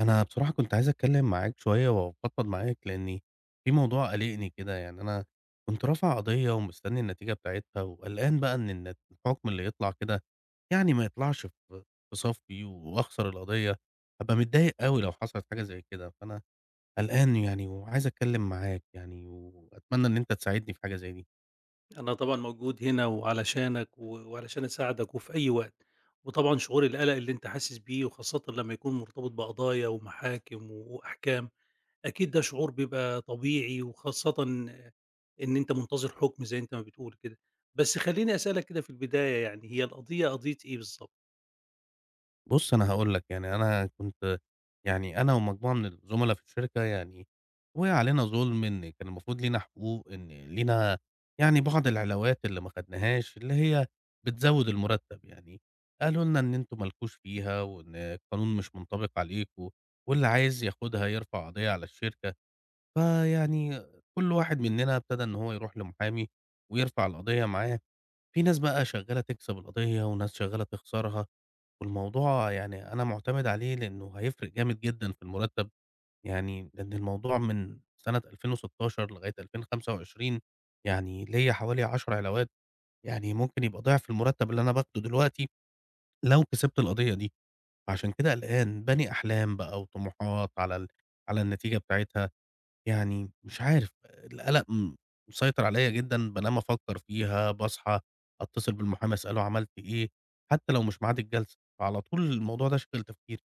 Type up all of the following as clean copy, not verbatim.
أنا بصراحة كنت عايز أتكلم معاك شوية وأفضفض معاك لأني في موضوع قلقني كده، يعني أنا كنت رافع قضية ومستني النتيجة بتاعتها وقلقان بقى إن الحكم اللي يطلع كده يعني ما يطلعش في صفي وأخسر القضية. هبقى متضايق قوي لو حصلت حاجة زي كده، فأنا قلقان يعني وعايز أتكلم معاك يعني وأتمنى إن أنت تساعدني في حاجة زي دي. أنا طبعًا موجود هنا وعلشانك و وعلشان أساعدك وفي أي وقت، وطبعًا شعور القلق اللي أنت حاسس بيه وخاصةً لمّا يكون مرتبط بقضايا ومحاكم وأحكام، أكيد ده شعور بيبقى طبيعي وخاصةً إن أنت منتظر حكم زي أنت ما بتقول كده. بس خلّيني أسألك كده في البداية يعني هي القضية قضية إيه بالضبط؟ بُص، أنا هاقول لك، يعني أنا كنت يعني أنا ومجموعة من الزملا في الشركة يعني وقع علينا ظُلم، إن كان المفروض لينا حقوق، إن لينا يعني بعض العلاوات اللي ما خدناهاش، اللي هي بتزوِّد المُرتَّب يعني. قالوا لنا إن أنتم ما لكوش فيها وإن القانون مش منطبق عليكم، واللي عايز ياخدها يرفع قضية على الشركة. فيعني كل واحد مننا ابتدى إن هو يروح لمحامي ويرفع القضية معاه. في ناس بقى شغّالة تكسب القضية وناس شغّالة تخسرها. والموضوع يعني أنا مُعتمد عليه لإنه هيفرق جامد جدًا في المُرتّب، يعني لإن الموضوع من سنة 2016 لغاية 2025 يعني ليّا حوالي 10 علاوات، يعني ممكن يبقى ضِعف المُرتّب اللي أنا باخده دلوقتي لو كسبت القضية دي، فعشان كده قلقان، باني أحلام بقى وطموحات على على النتيجة بتاعتها. يعني مش عارف، القلق مسيطر عليَّ جدًا، بانام أفكّر فيها، باصحى أتصل بالمحامي أسأله عملت إيه، حتى لو مش ميعاد الجلسة، فعلى طول الموضوع ده شاغل تفكيري.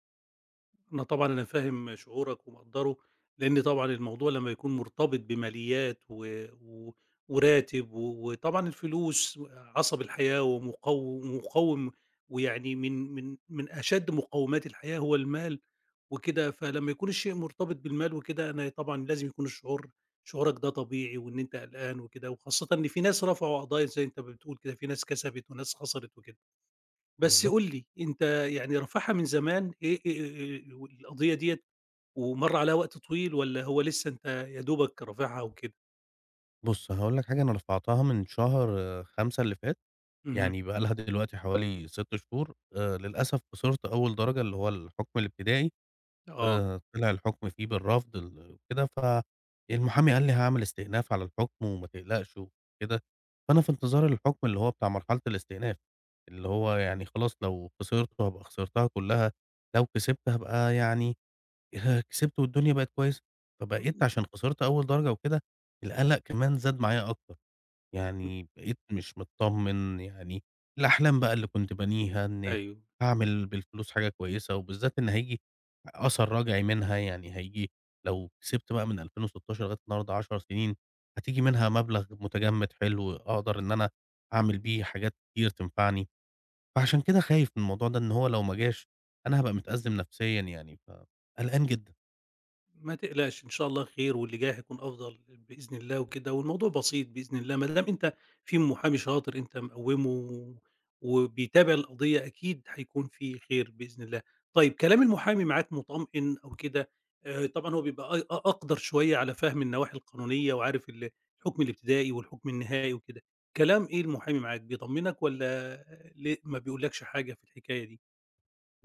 أنا طبعًا أنا فاهم شعورك ومقدّره، لإن طبعًا الموضوع لمّا يكون مرتبط بماليات و و وراتب وطبعًا الفلوس عصب الحياة ومقو مقوّم ويعني من أشد مقوّمات الحياة هو المال وكده، فلمّا يكون الشيء مرتبط بالمال وكده أنا طبعًا لازم يكون الشعور شعورك ده طبيعي وإن أنت قلقان وكده، وخاصةً إن في ناس رفعوا قضايا زي أنت ما بتقول كده، في ناس كسبت وناس خسرت وكده. بس بالضبط. قُل لي، أنت يعني رافعها من زمان إيه القضية ديّة ومَر عليها وقت طويل والّا هو لسه أنت يا دوبك رافعها وكده؟ بُص هاقول لك حاجة، أنا رفعتها من شهر 5 اللي فات، اهم، يعني بقى لها دلوقتي حوالي 6 شهور، للأسف خسرت أول درجة اللي هو الحكم الابتدائي. آه، طلع الحُكم فيه بالرفض ال وكده، فالمحامي قال لي: "هاعمل استئناف على الحُكم وما تقلقش." وكده، فأنا في انتظار الحُكم اللي هو بتاع مرحلة الاستئناف، اللي هو يعني خلاص لو خسرته هابقى خسرتها كلّها، لو كسبت هابقى يعني كسبت والدنيا بقت كويسة، م- فبقيت عشان خسرت أول درجة وكده، القلق كمان زاد معايا أكتر. م- يعني بقيت مش متطمن، يعني الأحلام بقى اللي كنت بانيها إن أيوه. هاعمل بالفلوس حاجة كويسة، وبالذات إن هييجي أثر راجعي منها، يعني هييجي لو كسبت بقى من 2016 لغاية النهارده 10 سنين، هتيجي منها مبلغ متجمد حلو أقدر إن أنا أعمل بيه حاجات كتير تنفعني، فعشان كده خايف من الموضوع ده إن هو لو ما جاش أنا هابقى متأزم نفسيًا يعني، فقلقان جدًا. ما تقلقش إن شاء الله خير واللي جاي هيكون أفضل بإذن الله وكده، والموضوع بسيط بإذن الله، ما دام أنت في محامي شاطر أنت مقوّمه وبيتابع القضية أكيد هيكون في خير بإذن الله. طيب كلام المحامي معاك مطمئن أو كده. طبعًا هو بيبقى أي أ أقدر شوية على فهم النواحي القانونية وعارف الحكم الابتدائي والحكم النهائي وكده، كلام إيه المحامي معاك بيطمنك والّا ليه ما بيقولكش حاجة في الحكاية دي؟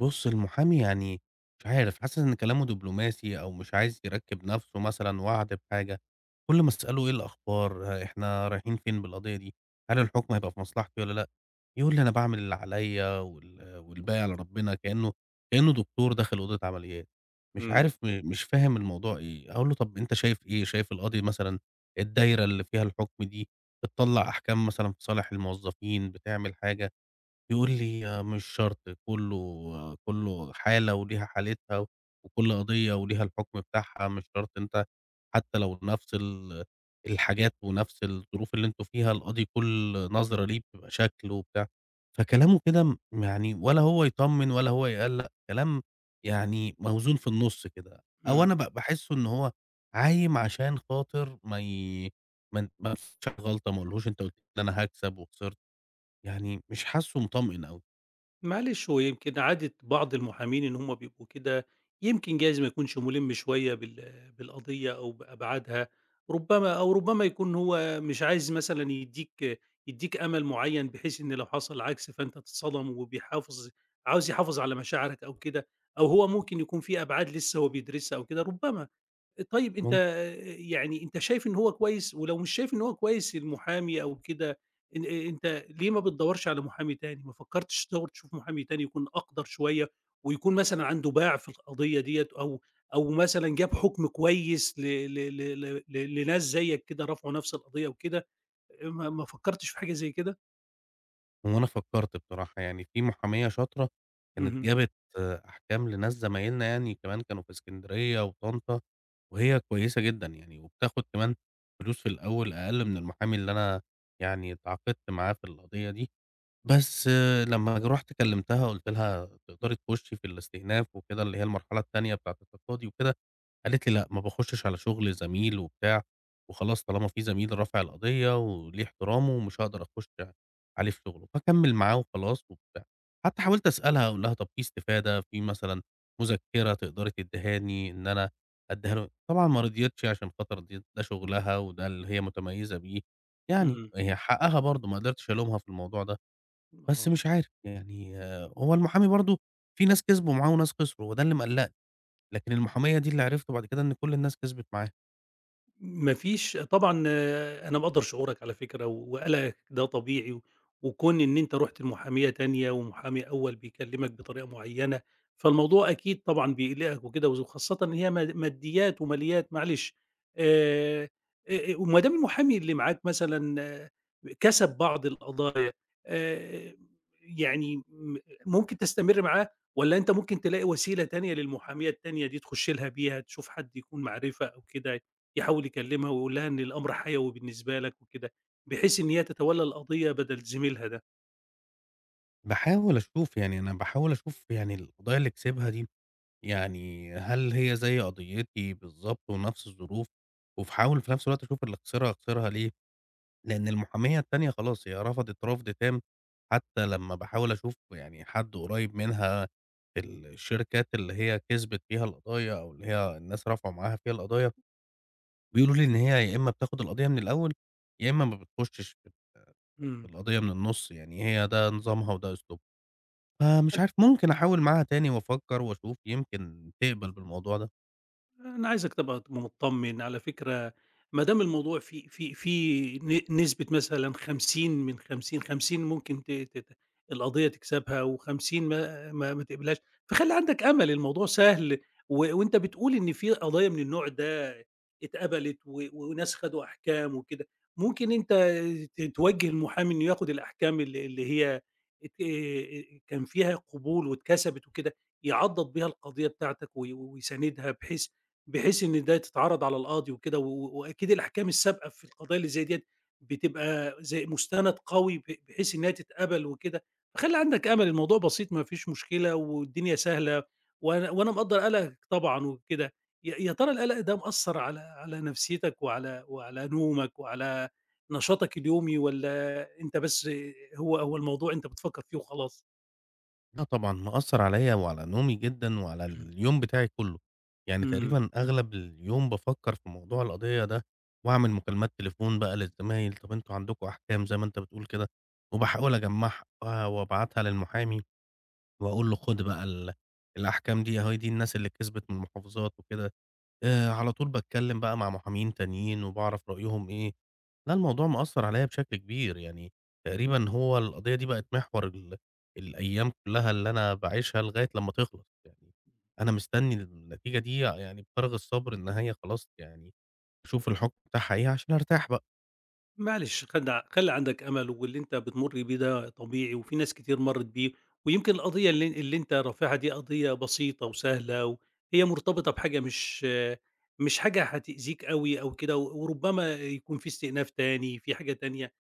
بُص، المحامي يعني مش عارف، حاسس إن كلامه دبلوماسي أو مش عايز يركّب نَفْسه مثلًا، وعد بحاجة. كل ما أسأله إيه الأخبار، ها إحنا رايحين فين بالقضية دي، هل الحكم هيبقى في مصلحتي والّا لأ، يقول لي أنا باعمل اللي عليّا وال والباقي على ربنا، كإنه دكتور داخل أوضة عمليات، مش إمم. عارف مش فاهم الموضوع إيه. أقول له طَب أنت شايف إيه، شايف القاضي مثلًا الدايرة اللي فيها الحكم دي بتطلّع أحكام مثلًا في صالح الموظفين، بتعمل حاجة، يقول لي: آه، "مش شرط، كُلّه كُلّه حالة وليها حالتها، وكل قضية وليها الحكم بتاعها، مش شرط أنت حتى لو نفس الحاجات ونفس الظروف اللي أنتم فيها، القاضي كل نظرة ليه بتبقى شكل وبتاع." فكلامه كده يعني ولا هو يطمّن ولا هو يقلّق، كلام يعني موزون في النُص كده، أو إمم. أنا باحسّه إن هو عايم عشان خاطر ما فيش غلطة، ما اقولهوش أنت قُلت لي أنا هاكسب وخسرت، يعني مش حاسّه مطمئن أوي. معلش هو يمكن عادة بعض المحامين إن هم بيبقوا كده يمكن جايز ما يكونش ملم شوية بالقضية أو بأبعادها ربما، أو ربما يكون هو مش عايز مثلا يديك أمل معين بحيث إن لو حصل العكس فأنت تتصدم، وبيحافظ عاوز يحافظ على مشاعرك أو كده، أو هو ممكن يكون في أبعاد لسه هو بيدرسها أو كده ربما. طيب أنت ممكن، يعني أنت شايف إن هو كويس، ولو مش شايف إن هو كويس المحامي أو كده، إن أنت ليه ما بتدوّرش على محامي تاني؟ ما فكّرتش تدوّر تشوف محامي تاني يكون أقدر شوية، ويكون مثلًا عنده باع في القضية ديّة، أو أو مثلًا جاب حُكم كويس ل ل ل ل ل لناس زيّك كده رفعوا نفس القضية وكده، ما فكّرتش في حاجة زي كده؟ هو أنا فكّرت بصراحة، يعني في محامية شاطرة كانت اهم، جابت آه، أحكام لناس زمايلنا يعني كمان كانوا في إسكندرية وطنطا، وهي كويسة جدًا يعني، وبتاخد كمان فلوس في الأول أقل من المحامي اللي أنا يعني اتعاقدت معاه في القضية دي، بس آه، لمّا رُحت كلمتها قُلت لها تقدري تخشي في الاستئناف وكده، اللي هي المرحلة التانية بتاعة التقاضي وكده. قالت لي: "لأ، ما باخشش على شغل زميل وبتاع، وخلاص طالما في زميل رافع القضية وليه احترامه ومش هاقدر أخش عليه في شغله، باكمّل معاه وخلاص." وبتاع. حتى حاولت أسألها أقول لها: "طب في استفادة، في مثلًا مذكرة تقدري تدّيهاني إن أنا أدّيها له؟" طبعًا ما رضيتش عشان خاطر دي ده شغلها وده اللي هي متميزة بيه، يعني اهم، هي حقها برضه ما قدرتش ألومها في الموضوع ده. بس آه. مش عارف يعني آه، هو المحامي برضه في ناس كسبوا معاه وناس خسروا، وده اللي مقلّقني. لكن المحامية دي اللي عرفته بعد كده إن كل الناس كسبت معاها. ما فيش طبعًا آه، أنا مقدّر شعورك على فكرة وقلقك ده طبيعي، وكون إن أنت رُحت لمحامية تانية ومحامي أول بيكلمك بطريقة معيّنة، فالموضوع أكيد طبعًا بيقلقك وكده وخاصةً إن هي ماديات وماليات معلش. آآ، وما دام المحامي اللي معاك مثلًا كسب بعض القضايا. آآ، يعني ممكن تستمر معاه، والّا أنت ممكن تلاقي وسيلة تانية للمحامية التانية دي تخش لها بيها، تشوف حد يكون معرفة أو كده؟ يحاول يكلمها ويقول لها إن الأمر حيوي بالنسبة لك وكده، بحيث إن هي تتولّى القضية بدل زميلها ده. باحاول أشوف يعني، أنا باحاول أشوف يعني القضايا اللي كسبها دي، يعني هل هي زي قضيتي بالضبط ونفس الظروف؟ وباحاول في نفس الوقت أشوف اللي خسرها خسرها ليه؟ لإن المحامية التانية خلاص هي رفضت رفض تام. حتى لمّا باحاول أشوف يعني حد قريب منها في الشركات اللي هي كسبت فيها القضايا أو اللي هي الناس رفعوا معاها فيها القضايا، بيقولوا لي إن هي يا إمّا بتاخد القضية من الأول، يا إمّا ما بتخشش إمم. القضية من النُص، يعني هي ده نظامها وده أسلوبها. فمش عارف، ممكن أحاول معاها تاني وأفكّر وأشوف يمكن تقبل بالموضوع ده. أنا عايزك تبقى مطمن، على فكرة ما دام الموضوع في نسبة مثلًا 50 من 50، 50 ممكن ت ت ت القضية تكسبها و50 ما تقبلهاش، فخلّي عندك أمل، الموضوع سهل وأنت بتقول إن في قضايا من النوع ده اتقبلت وناس خدوا أحكام وكده، ممكن أنت توجّه المحامي إنه ياخد الأحكام اللي هي ات كان فيها قبول واتكسبت وكده، يعضّد بيها القضية بتاعتك ويساندها بحيث إن ده تتعرض على القاضي وكده، و و وأكيد الأحكام السابقة في القضايا اللي زي ديّة بتبقى زي مُستند قوي بحيث إنها تتقبل وكده، فخلّي عندك أمل الموضوع بسيط ما فيش مشكلة والدنيا سهلة، وأنا مقدّر قلقك طبعًا وكده، يا ترى القلق ده مأثّر على نفسيتك وعلى نومك وعلى نشاطك اليومي، والّا أنت بس هو الموضوع أنت بتفكّر فيه وخلاص؟ آه طبعًا مأثّر عليّا وعلى نومي جدًا وعلى اليوم بتاعي كُلّه. يعني إمم. تقريبًا أغلب اليوم بافكّر في موضوع القضية ده، وأعمل مكالمات تليفون بقى للزمايل، طَب أنتم عندكم أحكام زي ما أنت بتقول كده، وباحاول أجمّعها وأبعتها للمحامي وأقول له خُد بقى الأحكام دي، أهي دي الناس اللي كسبت من المحافظات وكده. على طول باتكلّم بقى مع محامين تانيين وباعرف رأيهم إيه. لأ، الموضوع مأثّر عليّا بشكل كبير، يعني تقريبًا هو القضية دي بقت محور الأيام كُلّها اللي أنا باعيشها لغاية لمّا تخلص، يعني أنا مستني النتيجة دي يعني بفارغ الصبر، إن هي خلاص يعني أشوف الحكم بتاعها إيه عشان أرتاح بقى. معلش خلّي عندك أمل، واللي أنت بتمُر بيه ده طبيعي، وفي ناس كتير مرّت بيه، ويمكن القضية اللي أنت رافعها دي قضية بسيطة وسهلة، وهي مرتبطة بحاجة مش حاجة هتأذيك أوي أو كده، وربما يكون في استئناف تاني، في حاجة تانية.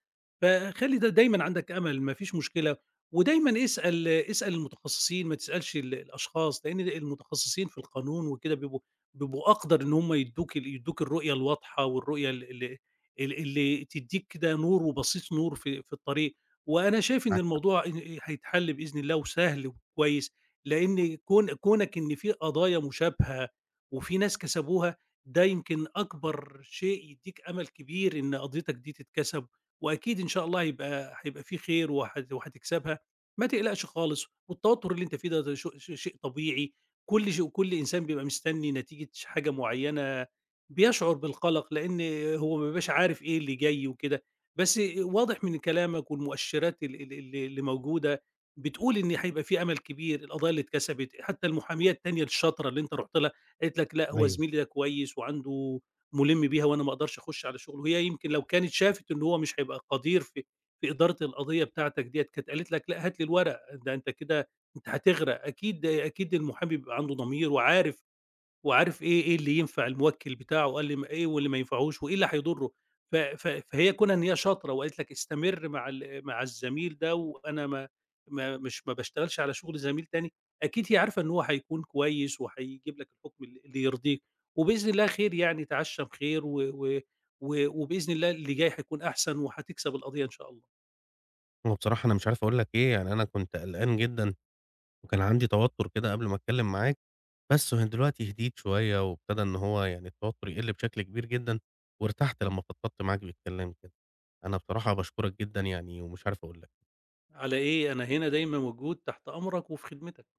فخلّي ده دايمًا عندك أمل، ما فيش مشكلة، ودايمًا اسأل المتخصصين، ما تسألش الأشخاص، لإن المتخصصين في القانون وكده بيبقوا أقدر إن هم يدّوك يدّوك الرؤية الواضحة، والرؤية ال ال ال اللي تدّيك كده نور وبسيط نور في الطريق، وأنا شايف إن معاك حق. الموضوع إن هيتحل بإذن الله وسهل وكويس، لإن كونك إن في قضايا مشابهة وفي ناس كسبوها، ده يمكن أكبر شيء يدّيك أمل كبير إن قضيتك دي تتكسب، وأكيد إن شاء الله هيبقى في خير وهتكسبها، ما تقلقش خالص، والتوتر اللي أنت فيه ده ده ش ش شيء طبيعي، كل إنسان بيبقى مستني نتيجة حاجة معيّنة، بيشعر بالقلق لإن هو ما بيبقاش عارف إيه اللي جاي وكده، بس واضح من كلامك والمؤشرات ال ال ال اللي موجودة بتقول إن هيبقى في أمل كبير، القضايا اللي اتكسبت، حتى المحامية التانية الشاطرة اللي أنت رُحت لها قالت لك لأ هو أيوه. زميلي ده كويس وعنده مُلِم بيها وأنا ما أقدرش أخُش على شُغله، وهي يمكن لو كانت شافت إن هو مش هيبقى قدير في إدارة القضية بتاعتك ديّة، كانت قالت لك لأ هات لي الورق، ده أنت كده أنت هتغرق، أكيد أكيد المحامي بيبقى عنده ضمير وعارف إيه اللي ينفع الموكِّل بتاعه وقال لي إيه واللي ما ينفعهوش وإيه اللي هيضُرّه، ف ف فهي كونها إن هي شاطرة وقالت لك استمر مع مع الزميل ده، وأنا ما باشتغلش على شُغل زميل تاني، أكيد هي عارفة إن هو هيكون كويس وهيجيب لك الحُكم اللي يرضيك، وبإذن الله خير يعني تعشّى بخير و و و وبإذن الله اللي جاي هيكون أحسن وهتكسب القضية إن شاء الله. هو بصراحة أنا مش عارف أقول لك إيه، يعني أنا كنت قلقان جدًا وكان عندي توتر كده قبل ما أتكلم معاك، بس هو دلوقتي هديت شوية وابتدى إن هو يعني التوتر يقل بشكل كبير جدا، وارتحت لمّا فضفضت معاك بالكلام كده. أنا بصراحة باشكرك جدًا يعني ومش عارف أقول لك. على إيه، أنا هنا دايمًا موجود تحت أمرك وفي خدمتك.